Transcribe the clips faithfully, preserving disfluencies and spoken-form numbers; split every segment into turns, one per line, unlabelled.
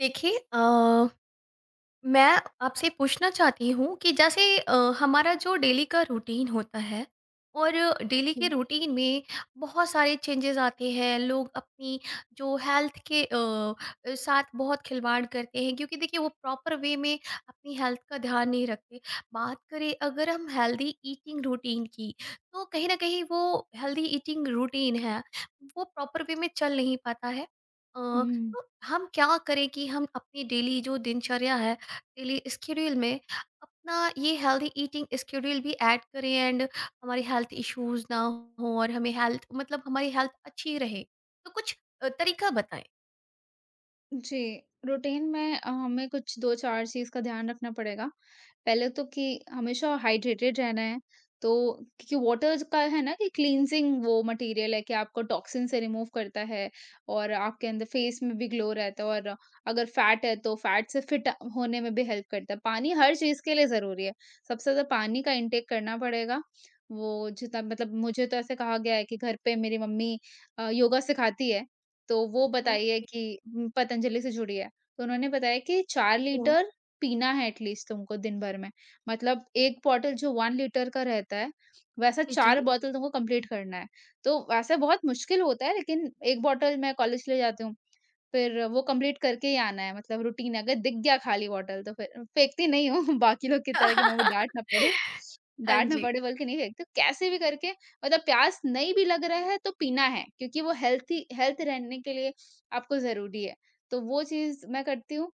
देखिए अ, मैं आपसे पूछना चाहती हूँ कि जैसे अ, हमारा जो डेली का रूटीन होता है और डेली के
जी।
रूटीन में बहुत सारे चेंजेस आते हैं। लोग अपनी जो हेल्थ के अ, अ, साथ बहुत खिलवाड़ करते हैं, क्योंकि देखिए वो प्रॉपर वे में अपनी हेल्थ का ध्यान नहीं रखते। बात करें अगर हम हेल्दी ईटिंग रूटीन की, तो कहीं ना कहीं वो हेल्दी ईटिंग रूटीन है, वो प्रॉपर वे में चल नहीं पाता है। अ,
हुँ।
तो हम क्या करें कि हम अपनी डेली जो दिनचर्या है, डेली स्केड्यूल में अपना ये हेल्दी ईटिंग स्केड्यूल भी ऐड करें एंड हमारे हेल्थ इश्यूज ना हो, और हमें हेल्थ मतलब हमारी हेल्थ अच्छी रहे। तो कुछ अ, तरीका बताएं।
जी, रूटीन में अ, हमें कुछ दो चार चीज़ का ध्यान रखना पड़ेगा। पहले तो कि हमेशा हाइड्रेटेड रहना है, तो क्योंकि वाटर का है ना कि क्लींजिंग वो मटेरियल है कि आपको टॉक्सिन से रिमूव करता है और आपके अंदर फेस में भी ग्लो रहता है और अगर फैट है, तो फैट से फिट होने में भी हेल्प करता है। पानी हर चीज़ के लिए ज़रूरी है। सबसे ज़्यादा पानी का इंटेक करना पड़ेगा। वो जितना मतलब मुझे तो ऐसे कहा गया है कि घर पे मेरी मम्मी अ, योगा सिखाती है तो वो बताइए
ओके।
कि उम, पतंजलि से जुड़ी है। तो उन्होंने बताया कि चार
तो-
लीटर पीना है एटलीस्ट तुमको दिन भर में। मतलब एक बॉटल जो एक लीटर का रहता है, वैसा
जी जी।
चार बॉटल तुमको कंप्लीट करना है। तो वैसे बहुत मुश्किल होता है लेकिन एक बॉटल मैं कॉलेज ले जाती हूँ। फिर वो कंप्लीट करके ही आना है मतलब रूटीन है, अगर दिख गया खाली बॉटल तो फिर फेंकती नहीं हूँ बाकी लोग की तरह कि मम्मी डाँट ना पड़े
हाँ
डाँट ना
जी।
पड़े बोल के नहीं फेंकती हूँ, कैसे भी करके मतलब प्यास नहीं भी लग रहा है तो पीना है क्योंकि वो हेल्थी हेल्थ रहने के लिए आपको ज़रूरी है। तो वो चीज़ मैं करती हूँ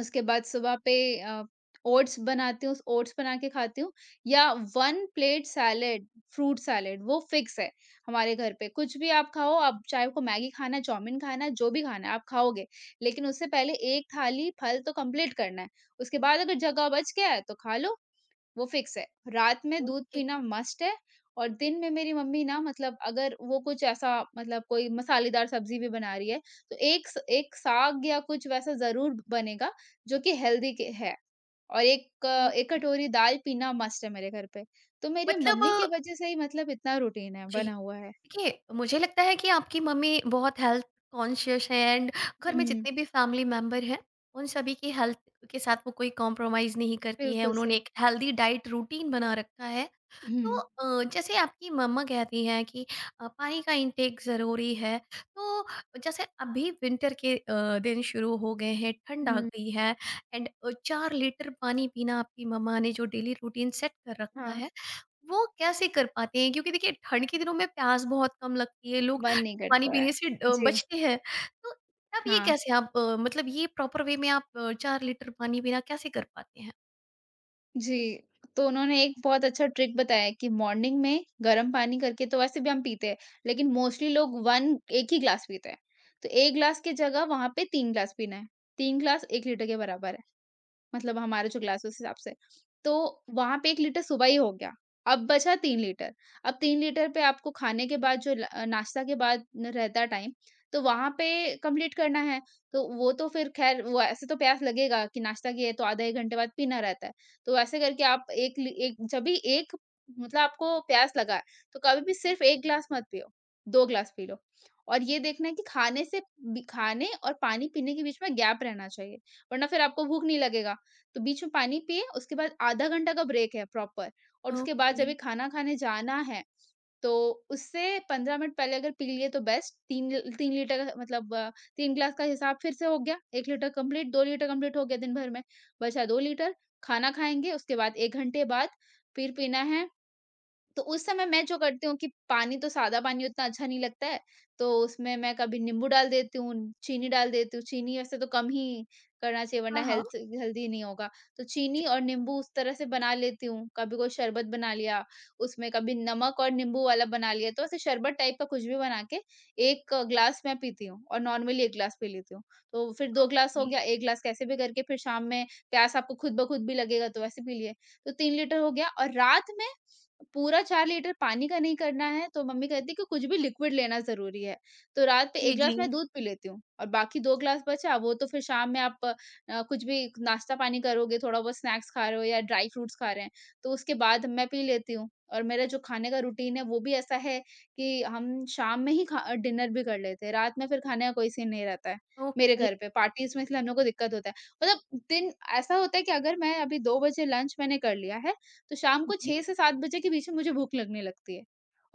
उसके बाद सुबह पे अ, ओट्स बनाती हूँ, ओट्स बना के खाती हूँ या एक प्लेट सैलेड, फ्रूट सैलेड वो फिक्स है हमारे घर पे। कुछ भी आप खाओ, आप चाहे आपको मैगी खाना है, चाउमीन खाना है, जो भी खाना है आप खाओगे, लेकिन उससे पहले एक थाली फल तो कंप्लीट करना है। उसके बाद अगर जगह बच गया है तो खा लो वो फिक्स है। रात में दूध
ओके।
पीना मस्ट है और दिन में मेरी मम्मी ना मतलब अगर वो कुछ ऐसा मतलब कोई मसालेदार सब्ज़ी भी बना रही है, तो एक स एक साग या कुछ वैसा ज़रूर बनेगा जो कि हेल्दी के है। और एक अ, एक
ओके।
कटोरी दाल पीना मस्ट है मेरे घर पे। तो मेरी
मतलब अ,
मम्मी की वज़ह से ही मतलब इतना रूटीन है,
जी।
बना हुआ है।
देखिए मुझे लगता है कि आपकी मम्मी बहुत हेल्थ कॉन्शियस है एंड घर में
हुँ,
जितने भी फैमिली मेंबर हैं, उन सभी की हेल्थ के साथ वो कोई कॉम्प्रोमाइज़ नहीं करती है।
बिल्कुल
उन्होंने
सही।
एक हेल्दी डाइट रूटीन बना रखा है। तो
हुँ।
अ, जैसे आपकी मम्मा कहती हैं कि अ, पानी का इनटेक ज़रूरी है, तो जैसे अभी विंटर के अ, दिन शुरू हो गए हैं, ठंड आ
हुँ,
गई है एंड अ, चार लीटर पानी पीना आपकी मम्मा ने जो डेली रूटीन सेट कर रखा
हाँ।
है, वो कैसे कर पाते हैं? क्योंकि देखिए ठंड के दिनों में प्यास बहुत कम लगती है, लोग
मन नहीं
पानी
करता है।
पीने से अ,
जी,
बचते हैं, तो तब ये
हाँ।
कैसे आप अ, मतलब ये प्रॉपर वे में आप अ, चार लीटर पानी पीना कैसे कर पाते हैं?
जी, तो उन्होंने एक बहुत अच्छा ट्रिक बताया कि मॉर्निंग में गर्म पानी करके तो वैसे भी हम पीते हैं, लेकिन मोस्टली लोग एक एक ही ग्लास पीते हैं। तो एक ग्लास की जगह वहाँ पे तीन ग्लास पीना है। तीन ग्लास एक लीटर के बराबर है। मतलब हमारे जो ग्लासेस हिसाब से। तो वहाँ पे एक लीटर सुबह ही हो गया, अब बचा तीन लीटर। अब तीन लीटर पे आपको खाने के बाद जो ल अ, नाश्ता के बाद न रहता है टाइम, तो वहाँ पे कंप्लीट करना है। तो वो तो फिर ख़ैर वो ऐसे तो प्यास लगेगा कि नाश्ता किए तो आधा एक घंटे बाद पीना रहता है। तो ऐसे करके आप एक ली एक जब भी एक मतलब आपको प्यास लगा है, तो कभी भी सिर्फ़ एक ग्लास मत पियो, दो ग्लास पी लो। और ये देखना है कि खाने से बी खाने और पानी पीने के बीच में गैप रहना चाहिए, वरना फिर आपको भूख नहीं लगेगा। तो बीच में पानी पिए, उसके बाद आधा घंटा का ब्रेक है प्रॉपर और उसके बाद
ओके।
जब ये खाना खाने जाना है, तो उससे पंद्रह मिनट पहले अगर पी लिए तो बेस्ट तीन ल तीन लीटर का मतलब तीन ग्लास का हिसाब फिर से हो गया, एक लीटर कंप्लीट, दो लीटर कंप्लीट हो गया दिन भर में, बचा दो लीटर, खाना खाएँगे उसके बाद एक घंटे बाद फिर पीना है तो उस समय मैं जो करती हूँ कि पानी तो सादा पानी उतना अच्छा नहीं लगता है, तो उसमें मैं कभी नींबू डाल देती हूँ, चीनी डाल देती हूँ। चीनी वैसे तो कम ही करना चाहिए
हाँ,
वरना
हाँ।
हेल्थ हेल्दी नहीं होगा। तो
जी।
चीनी और नींबू उस तरह से बना लेती हूँ। कभी कोई शरबत बना लिया, उसमें कभी नमक और नींबू वाला बना लिया। तो ऐसे शरबत टाइप का कुछ भी बना के एक ग्लास मैं पीती हूँ और नॉर्मली एक ग्लास पी लेती हूँ। तो फिर दो ग्लास हो
ओके।
गया, एक ग्लास कैसे भी करके फिर शाम में प्यास आपको खुद ब खुद भी लगेगा तो वैसे पी लिए। तो तीन लीटर हो गया और रात में पूरा चार लीटर पानी का नहीं करना है, तो मम्मी कहती है कि कुछ भी लिक्विड लेना ज़रूरी है। तो रात में
जी,
एक
जी।
ग्लास मैं दूध पी लेती हूँ और बाकी दो ग्लास बचा वो तो फिर शाम में आप अ, कुछ भी नाश्ता पानी करोगे, थोड़ा-बहुत स्नैक्स खा रहे हो या ड्राई फ्रूट्स खा रहे हैं, तो उसके बाद मैं पी लेती हूँ। और मेरा जो खाने का रूटीन है वो भी ऐसा है कि हम शाम में ही खा डिनर भी कर लेते हैं, रात में फिर खाने का कोई सीन नहीं रहता है, मेरे
ओके।
घर पे। पार्टीज़ में इसलिए हम लोग को दिक्कत होता है। मतलब दिन ऐसा होता है कि अगर मैं अभी दो बजे लंच मैंने कर लिया है तो शाम को
जी।
छह से सात बजे के बीच में मुझे भूख लगने लगती है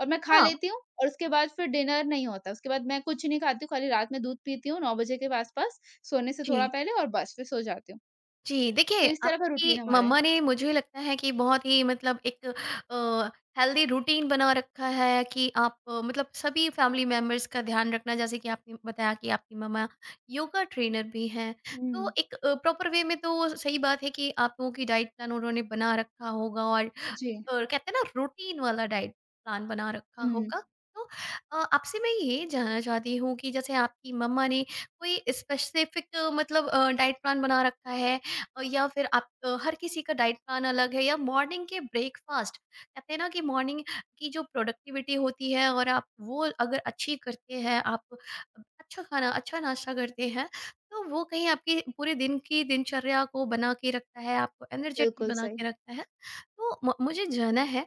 और मैं खा
हाँ,
लेती हूँ और उसके बाद फिर डिनर नहीं होता। उसके बाद मैं कुछ नहीं खाती हूँ, खाली रात में दूध पीती हूँ नौ बजे के आस-पास, सोने से थोड़ा
जी।
पहले और बस फिर सो जाती हूँ।
जी, देखिए
तो इस तरह का रूटीन
आपकी
हमारा है।
मम्मा ने मुझे लगता है कि बहुत ही मतलब एक अ, हेल्दी रूटीन बना रखा है कि आप अ, मतलब सभी फैमिली मेंबर्स का ध्यान रखना, जैसे कि आपने बताया कि आपकी मम्मा योगा ट्रेनर भी हैं। तो
हुँ,
एक अ, प्रॉपर वे में तो सही बात है कि आप लोगों की डाइट प्लान उन्होंने बना रखा होगा, और
जी।
एक अ, कहते हैं ना रूटीन वाला डाइट प्लान बना रखा
हुँ,
होगा। तो अ, आपसे मैं ये जानना चाहती हूँ कि जैसे आपकी मम्मा ने कोई स्पेसिफिक मतलब अ, डाइट प्लान बना रखा है अ, या फिर आप अ, हर किसी का डाइट प्लान अलग है, या मॉर्निंग के ब्रेकफास्ट कहते हैं ना कि मॉर्निंग की जो प्रोडक्टिविटी होती है, और आप वो अगर अच्छी करते हैं, आप अच्छा खाना अच्छा नाश्ता करते हैं, तो वो कहीं आपकी पूरे दिन की दिनचर्या को बना के रखता है, आपको एनर्जेटिक
बिल्कुल
बना
सही।
के रखता है। तो म- मुझे जानना है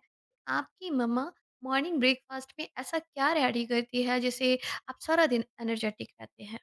आपकी मम्मा मॉर्निंग ब्रेकफास्ट में ऐसा क्या रेडी करती है जिसे आप सारा दिन एनर्जेटिक रहते हैं।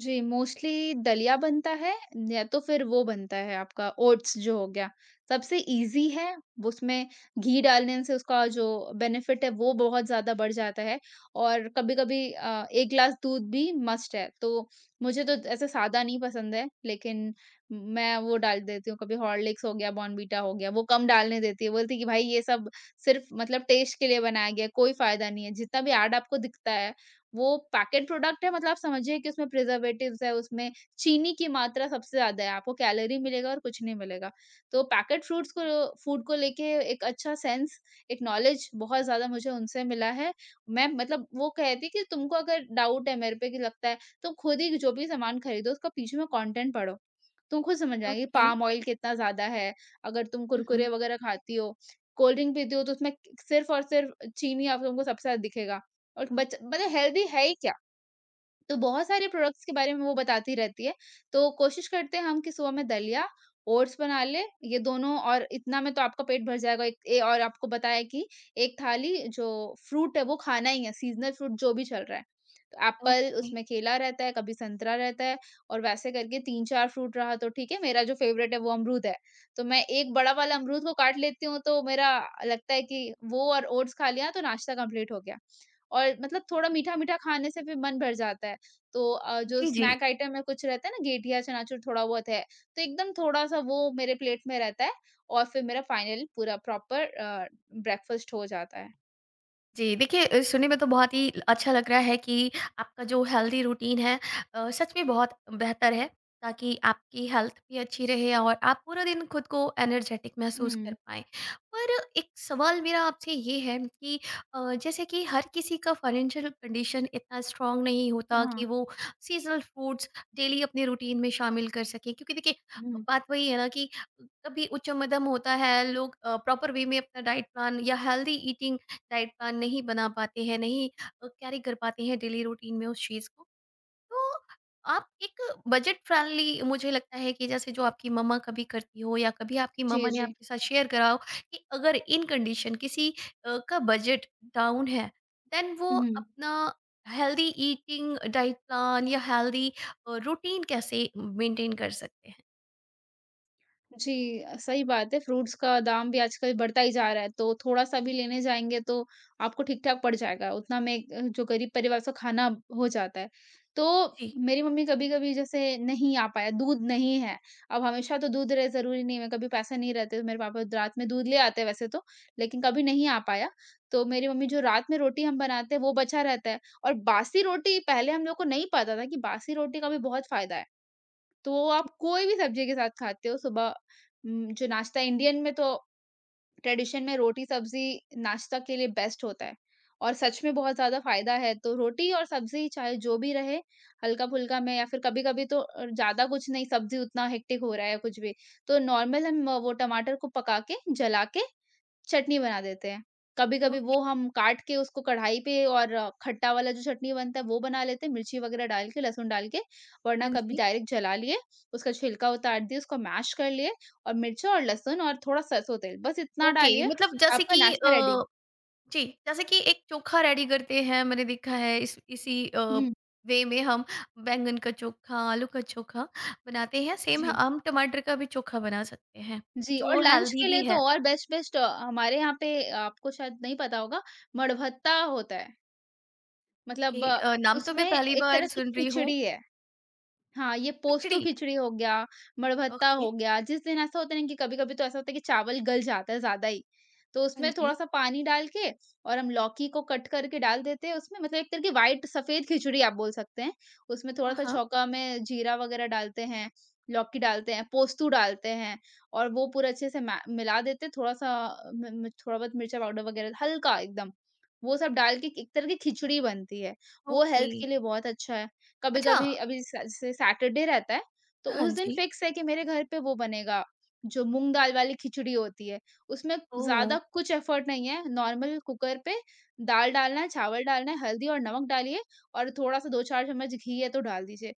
जी, मोस्टली दलिया बनता है या तो फिर वो बनता है आपका ओट्स जो हो गया। सबसे ईज़ी है, उसमें घी डालने से उसका जो बेनिफिट है वो बहुत ज़्यादा बढ़ जाता है और कभी-कभी अ, एक ग्लास दूध भी मस्ट है। तो मुझे तो ऐसे सादा नहीं पसंद है, लेकिन मैं वो डाल देती हूँ, कभी हॉर्लिक्स हो गया, बॉर्नवीटा हो गया, वो कम डालने देती है। बोलती है कि भाई ये सब सिर्फ़ मतलब टेस्ट के लिए बनाया गया है, कोई फ़ायदा नहीं है। जितना भी ऐड आपको दिखता है वो पैकेट प्रोडक्ट है मतलब आप समझिए कि उसमें प्रिजर्वेटिव्स है, उसमें चीनी की मात्रा सबसे ज़्यादा है, आपको कैलोरी मिलेगा और कुछ नहीं मिलेगा। तो पैकेट फ्रूट्स को फूड को लेके एक अच्छा सेंस, एक नॉलेज बहुत ज़्यादा मुझे उनसे मिला है। मैं मतलब वो कहती कि तुमको अगर डाउट है मेरे पे कि लगता है, तुम खुद ही जो भी सामान खरीदो उसका पीछे में कंटेंट पढ़ो। तुम खुद समझ आएगी
ओके।
पाम ऑयल कितना ज़्यादा है, अगर तुम
हम्म,
कुरकुरे वगैरह खाती हो, कोल्ड ड्रिंक पीती हो तो उसमें सिर्फ़ और सिर्फ़ चीनी आप तुमको सबसे ज़्यादा दिखेगा। और बच मतलब हेल्दी है ही क्या? तो बहुत सारे प्रोडक्ट्स के बारे में वो बताती रहती है। तो कोशिश करते हैं हम कि सुबह में दलिया, ओट्स बना लें, ये दोनों और इतना में तो आपका पेट भर जाएगा। एक ए और आपको बताया कि एक थाली जो फ्रूट है वो खाना ही है, सीज़नल फ्रूट जो भी चल रहा है। तो एप्पल,
ओके।
उसमें केला रहता है, कभी संतरा रहता है और वैसे करके तीन चार फ्रूट रहा तो ठीक है। मेरा जो फ़ेवरेट है वो अमरूद है। तो मैं एक बड़ा वाला अमरूद को काट लेती हूँ तो मेरा लगता है कि वो और ओट्स खा लिया तो नाश्ता कंप्लीट हो गया। और मतलब थोड़ा मीठा-मीठा खाने से भी मन भर जाता है। तो अ, जो
जी जी।
स्नैक आइटम में कुछ रहता है ना गेठिया, चनाचूर थोड़ा बहुत है, तो एकदम थोड़ा-सा वो मेरे प्लेट में रहता है और फिर मेरा फाइनल पूरा प्रॉपर अ, ब्रेकफ़ास्ट हो जाता है।
जी, देखिए अ, सुनने में तो बहुत ही अच्छा लग रहा है कि आपका जो हेल्दी रूटीन है अ, सच में बहुत बेहतर है, ताकि आपकी हेल्थ भी अच्छी रहे और आप पूरा दिन खुद को एनर्जेटिक महसूस कर
हुँ।
पाएँ। पर एक सवाल मेरा आपसे ये है कि अ, जैसे कि हर किसी का फाइनेंशियल कंडीशन इतना स्ट्रॉन्ग नहीं होता कि
हाँ।
वो सीज़नल फ्रूट्स डेली अपने रूटीन में शामिल कर सकें, क्योंकि देखिए
हुँ।
बात वही है ना कि कभी उच्च-मध्यम होता है, लोग अ, प्रॉपर वे में अपना डाइट प्लान या हेल्दी ईटिंग डाइट प्लान नहीं बना पाते हैं, नहीं अ, कैरी कर पाते हैं डेली रूटीन में उस चीज़ को। तो आप एक बजट फ्रेंडली मुझे लगता है कि जैसे जो आपकी मम्मा कभी करती हो या कभी आपकी
जी,
मम्मा ने
जी।
आपके साथ शेयर करा हो कि अगर इन कंडीशन किसी अ, का बजट डाउन है, देन वो
हुँ।
अपना हेल्दी ईटिंग डाइट प्लान या हेल्दी अ, रूटीन कैसे मेंटेन कर सकते हैं?
जी, अ, सही बात है, फ्रूट्स का दाम भी आजकल बढ़ता ही जा रहा है, तो थोड़ा-सा भी लेने जाएँगे तो आपको ठीक-ठाक पड़ जाएगा, उतना में एक, अ, जो गरीब परिवार से खाना हो जाता है। तो
जी।
मेरी मम्मी कभी-कभी जैसे नहीं आ पाया, दूध नहीं है, अब हमेशा तो दूध रहे ज़रूरी नहीं है, कभी पैसे नहीं रहते तो मेरे पापा रात में दूध ले आते हैं वैसे तो, लेकिन कभी नहीं आ पाया, तो मेरी मम्मी जो रात में रोटी हम बनाते हैं, वो बचा रहता है और बासी रोटी पहले हम लोग को नहीं पता था कि बासी रोटी का भी बहुत फ़ायदा है। तो वो आप कोई भी सब्जी के साथ खाते हो सुबह उम, जो नाश्ता इंडियन में तो ट्रेडिशन में रोटी सब्जी नाश्ता के लिए बेस्ट होता है और सच में बहुत ज़्यादा फ़ायदा है। तो रोटी और सब्जी चाहे जो भी रहे हल्का-फुल्का में या फिर कभी-कभी तो अ, ज़्यादा कुछ नहीं सब्जी उतना हेक्टिक हो रहा है या कुछ भी, तो नॉर्मल हम अ, वो टमाटर को पका के, जला के चटनी बना देते हैं। कभी-कभी
ओके।
वो हम काट के उसको कढ़ाई पे और अ, खट्टा वाला जो चटनी बनता है वो बना लेते हैं, मिर्ची वगैरह डाल के, लहसुन डाल के। वरना
हाँ
कभी
जी।
डायरेक्ट जला लिए, उसका छिलका उतार दिए, उसको मैश कर लिए और मिर्चा और लहसुन और थोड़ा सरसों तेल, बस इतना
ओके,
डालिए,
मतलब जैसे
आपका
कि
नाश्ता रेडी।
अ जी, जैसे कि एक चोखा रेडी करते हैं, मैंने देखा है इस इसी
हुँ,
वे में हम बैंगन का चोखा, आलू का चोखा बनाते हैं। सेम
जी।
हम टमाटर का भी चोखा बना सकते हैं,
जी, और
जो
लंच
हेल्दी
के
भी
लिए तो
है।
और बेस्ट बेस्ट हमारे यहाँ पे अ, आपको शायद नहीं पता होगा, मड़भत्ता होता है।
ओके,
मतलब अ,
अ, नाम तो मैं
उसमें
पहली
एक
बार
तरह की
सुन रही हूँ।
खिचड़ी है। हाँ, ये पोस्तो
खिचड़ी।
खिचड़ी हो गया, मड़भत्ता
ओके।
हो गया, जिस दिन ऐसा होता है ना कि कभी-कभी तो ऐसा होता है कि चावल गल जाता है ज़्यादा ही, तो
हाँ
उसमें
जी।
थोड़ा-सा पानी डाल के और हम लौकी को कट करके डाल देते हैं उसमें मतलब एक तरह की व्हाइट सफ़ेद खिचड़ी आप बोल सकते हैं। उसमें
हाँ
थोड़ा-सा
हाँ।
चौका में जीरा वग़ैरह डालते हैं, लौकी डालते हैं, पोस्तू डालते हैं और वो पूरा अच्छे से मै मिला देते हैं थोड़ा-सा अ, म म थोड़ा बहुत मिर्चा पाउडर वग़ैरह हल्का एकदम, वो सब डाल के एक तरह की खिचड़ी बनती है। वो
ओके।
हेल्थ के लिए बहुत अच्छा है।
अच्छा।
कभी-कभी अभी स जैसे सैटरडे रहता है, तो
हाँ
उस दिन
जी।
फिक्स है कि मेरे घर पे वो बनेगा, जो मूँग दाल वाली खिचड़ी होती है। उसमें
ओ।
ज़्यादा कुछ एफर्ट नहीं है, नॉर्मल कुकर पे दाल डालना है, चावल डालना है, हल्दी और नमक डालिए और थोड़ा-सा दो से चार चम्मच घी है तो डाल दीजिए।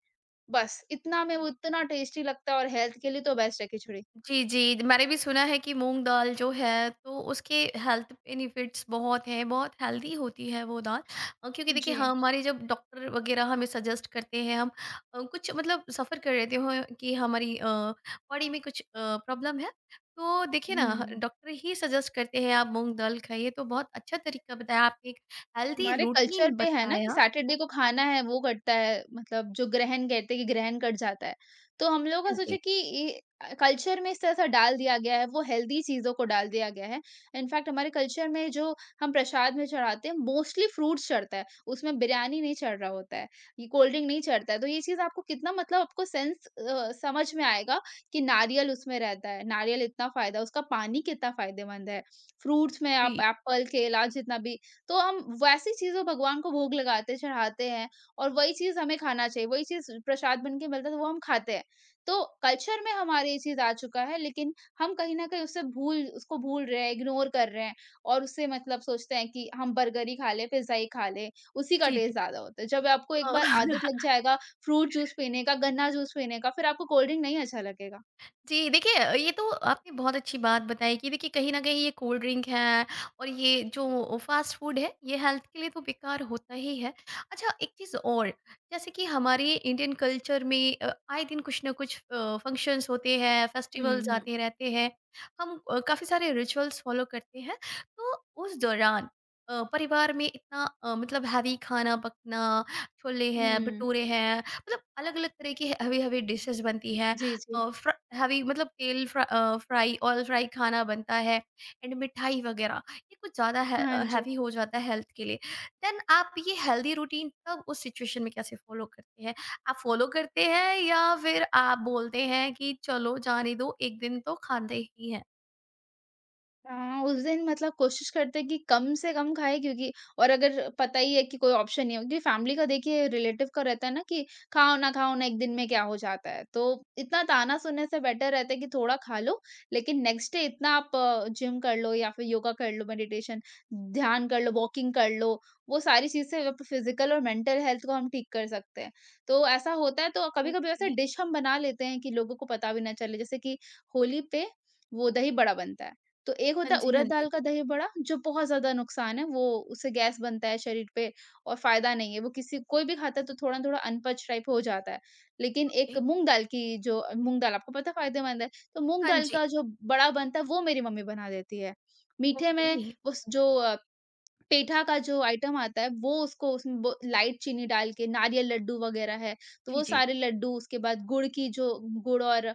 बस इतना में वो इतना टेस्टी लगता है और हेल्थ के लिए तो बेस्ट है खिचड़ी।
जी, जी। मैंने भी सुना है कि मूँग दाल जो है, तो उसके हेल्थ बेनिफिट्स बहुत हैं, बहुत हेल्दी होती है वो दाल। अ, क्योंकि देखिए
जी।
हाँ, हमारे जब डॉक्टर वग़ैरह हमें सजेस्ट करते हैं हम अ, कुछ मतलब सफ़र कर रहे हों कि हमारी अ, बॉडी में कुछ अ, प्रॉब्लम है, तो देखिए ना ह
हुँ।
डॉक्टर ही सजेस्ट करते हैं आप मूँग दाल खाइए। तो बहुत अच्छा तरीका बताया आपने, एक हेल्दी
हमारे कल्चर
रूटीन
पे है ना कि
बताया।
सैटरडे को खाना है, वो कटता है मतलब जो ग्रहण कहते हैं कि ग्रहण कट जाता है। तो हम लोगों का
हाँ
सोचा
जी,
कि ये अ, कल्चर में इस तरह से डाल दिया गया है, वो हेल्दी चीज़ों को डाल दिया गया है। इनफैक्ट हमारे कल्चर में जो हम प्रसाद में चढ़ाते हैं, मोस्टली फ्रूट्स चढ़ता है, उसमें बिरयानी नहीं चढ़ रहा होता है, ये कोल्ड ड्रिंक नहीं चढ़ता है। तो ये चीज़ आपको कितना मतलब आपको सेंस अ, समझ में आएगा कि नारियल उसमें रहता है, नारियल इतना फ़ायदा उसका पानी कितना फ़ायदेमंद है। फ्रूट्स में आप
जी।
एप्पल, केला जितना भी तो हम वैसी चीज़ें भगवान को भोग लगाते, चढ़ाते हैं और वही चीज़ हमें खाना चाहिए, वही चीज़ प्रसाद बन के मिलता है, तो वो हम खाते हैं। तो कल्चर में हमारे ये चीज़ आ चुका है, लेकिन हम कहीं न कहीं उससे भूल उसको भूल रहे हैं, इग्नोर कर रहे हैं और उससे मतलब सोचते हैं कि हम बर्गर ही खा लें, पिज़्ज़ा ही खा लें, उसी का
जी, जी।
टेस्ट ज़्यादा होता है। जब आपको
अ
एक बार आदत लग जाएगा फ्रूट जूस पीने का, गन्ना जूस पीने का, फिर आपको कोल्ड ड्रिंक नहीं अच्छा लगेगा।
जी, देखिए ये तो आपने बहुत अच्छी बात बताई कि देखिए कहीं न कहीं ये कोल्ड ड्रिंक है और ये जो फ़ास्ट फूड है, ये हेल्थ के लिए तो बेकार होता ही है। अच्छा, एक चीज़ और, जैसे कि हमारे इंडियन कल्चर में अ, आए दिन कुछ ना कुछ अ, फंक्शंस होते हैं,
हुँ,
फेस्टिवल्स
हुँ।
आते रहते हैं। हम अ, काफ़ी सारे रिचुअल्स फ़ॉलो करते हैं, तो उस दौरान अ, परिवार में इतना अ, मतलब हेवी खाना पकना, छोले हैं,
हुँ।
भटूरे हैं, मतलब अलग-अलग तरह की हेवी-हेवी डिशेज़ बनती हैं।
जी, जी।
अ, फ्र हैवी मतलब तेल फ्रा अ, फ्राई ऑयल फ्राई खाना बनता है एंड मिठाई वगैरह, ये कुछ ज़्यादा है
हाँ
अ,
जी।
हैवी हो जाता है हेल्थ के लिए। देन आप ये हेल्दी रूटीन तब उस सिचुएशन में कैसे फॉलो करते हैं? आप फॉलो करते हैं या फिर आप बोलते हैं कि चलो जाने दो, एक दिन तो खाते ही हैं?
हाँ, उस दिन मतलब कोशिश करते हैं कि कम से कम खाएँ क्योंकि और अगर पता ही है कि कोई ऑप्शन नहीं है क्योंकि फैमिली का देखिए रिलेटिव का रहता है ना कि खाओ ना खाओ ना एक दिन में क्या हो जाता है। तो इतना ताना सुनने से बेटर रहता है कि थोड़ा खा लो, लेकिन नेक्स्ट डे इतना आप जिम कर लो या फिर योगा कर लो, मेडिटेशन, ध्यान कर लो, वॉकिंग कर लो, वो सारी चीज़ से आप फिज़िकल और मेंटल हेल्थ को हम ठीक कर सकते हैं। तो ऐसा होता है तो कभी-कभी ऐसा
ओके।
डिश हम बना लेते हैं कि लोगों को पता भी ना चले जैसे कि होली पे वो दही बड़ा बनता है। तो एक
हाँ
होता है
जी, हाँ
उड़द
जी।
दाल का दही बड़ा जो बहुत ज़्यादा नुकसान है, वो उससे गैस बनता है शरीर पे और फ़ायदा नहीं है, वो किसी कोई भी खाता है तो थोड़ा-थोड़ा अनपच टाइप हो जाता है। लेकिन
ओके।
एक मूँग दाल की जो मूँग दाल आपको पता है फ़ायदेमंद है, तो मूँग
हाँ
दाल
जी,
का जो बड़ा बनता है वो मेरी मम्मी बना देती है। मीठे में
ओके।
उस जो अ, पेठा का जो आइटम आता है वो उसको उसमें ब लाइट चीनी डाल के नारियल लड्डू वगैरह है, तो
जी,
वो
जी।
सारे लड्डू उसके बाद गुड़ की जो गुड़ और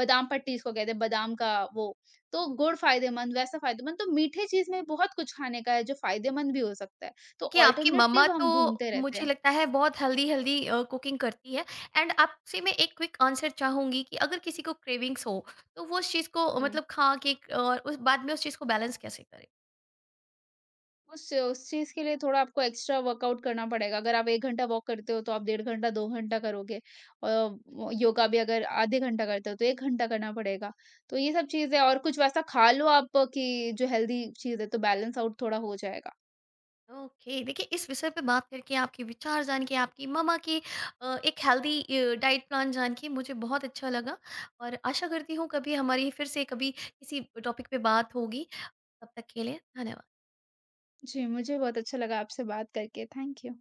बादाम पट्टी जिसको कहते हैं बादाम का वो, तो गुड़ फ़ायदेमंद, वैसा फ़ायदेमंद तो मीठे चीज़ में बहुत कुछ खाने का है जो फ़ायदेमंद भी हो सकता है। तो
देखिए, आपकी मम्मा
अल्टरनेटिव
तो
हम ढूँढते रहते
मुझे
हैं।
लगता है बहुत हेल्दी-हेल्दी अ, कुकिंग करती है एंड आपसे मैं एक क्विक आंसर चाहूँगी कि अगर किसी को क्रेविंग्स हो, तो वो उस चीज़ को अ,
हुँ।
मतलब खा के क- और उस बाद में उस चीज़ को बैलेंस कैसे करें?
उस उस चीज़ के लिए थोड़ा आपको एक्स्ट्रा वर्कआउट करना पड़ेगा। अगर आप एक घंटा वॉक करते हो तो आप डेढ़ घंटा, दो घंटा करोगे अ, व योगा भी अगर आधे घंटा करते हो तो एक घंटा करना पड़ेगा। तो ये सब चीज़ें और कुछ वैसा खा लो आप कि जो हेल्दी चीज़ है तो बैलेंस आउट थोड़ा हो जाएगा।
ओके, देखिए इस विषय पे बात करके, आपके विचार जान के, आपकी मम्मा की अ, एक हेल्दी अ, डाइट प्लान जान के मुझे बहुत अच्छा लगा, और आशा करती हूँ कभी हमारी फिर से कभी किसी टॉपिक पे बात होगी। तब तक के लिए धन्यवाद।
जी, मुझे बहुत अच्छा लगा आपसे बात करके। Thank you.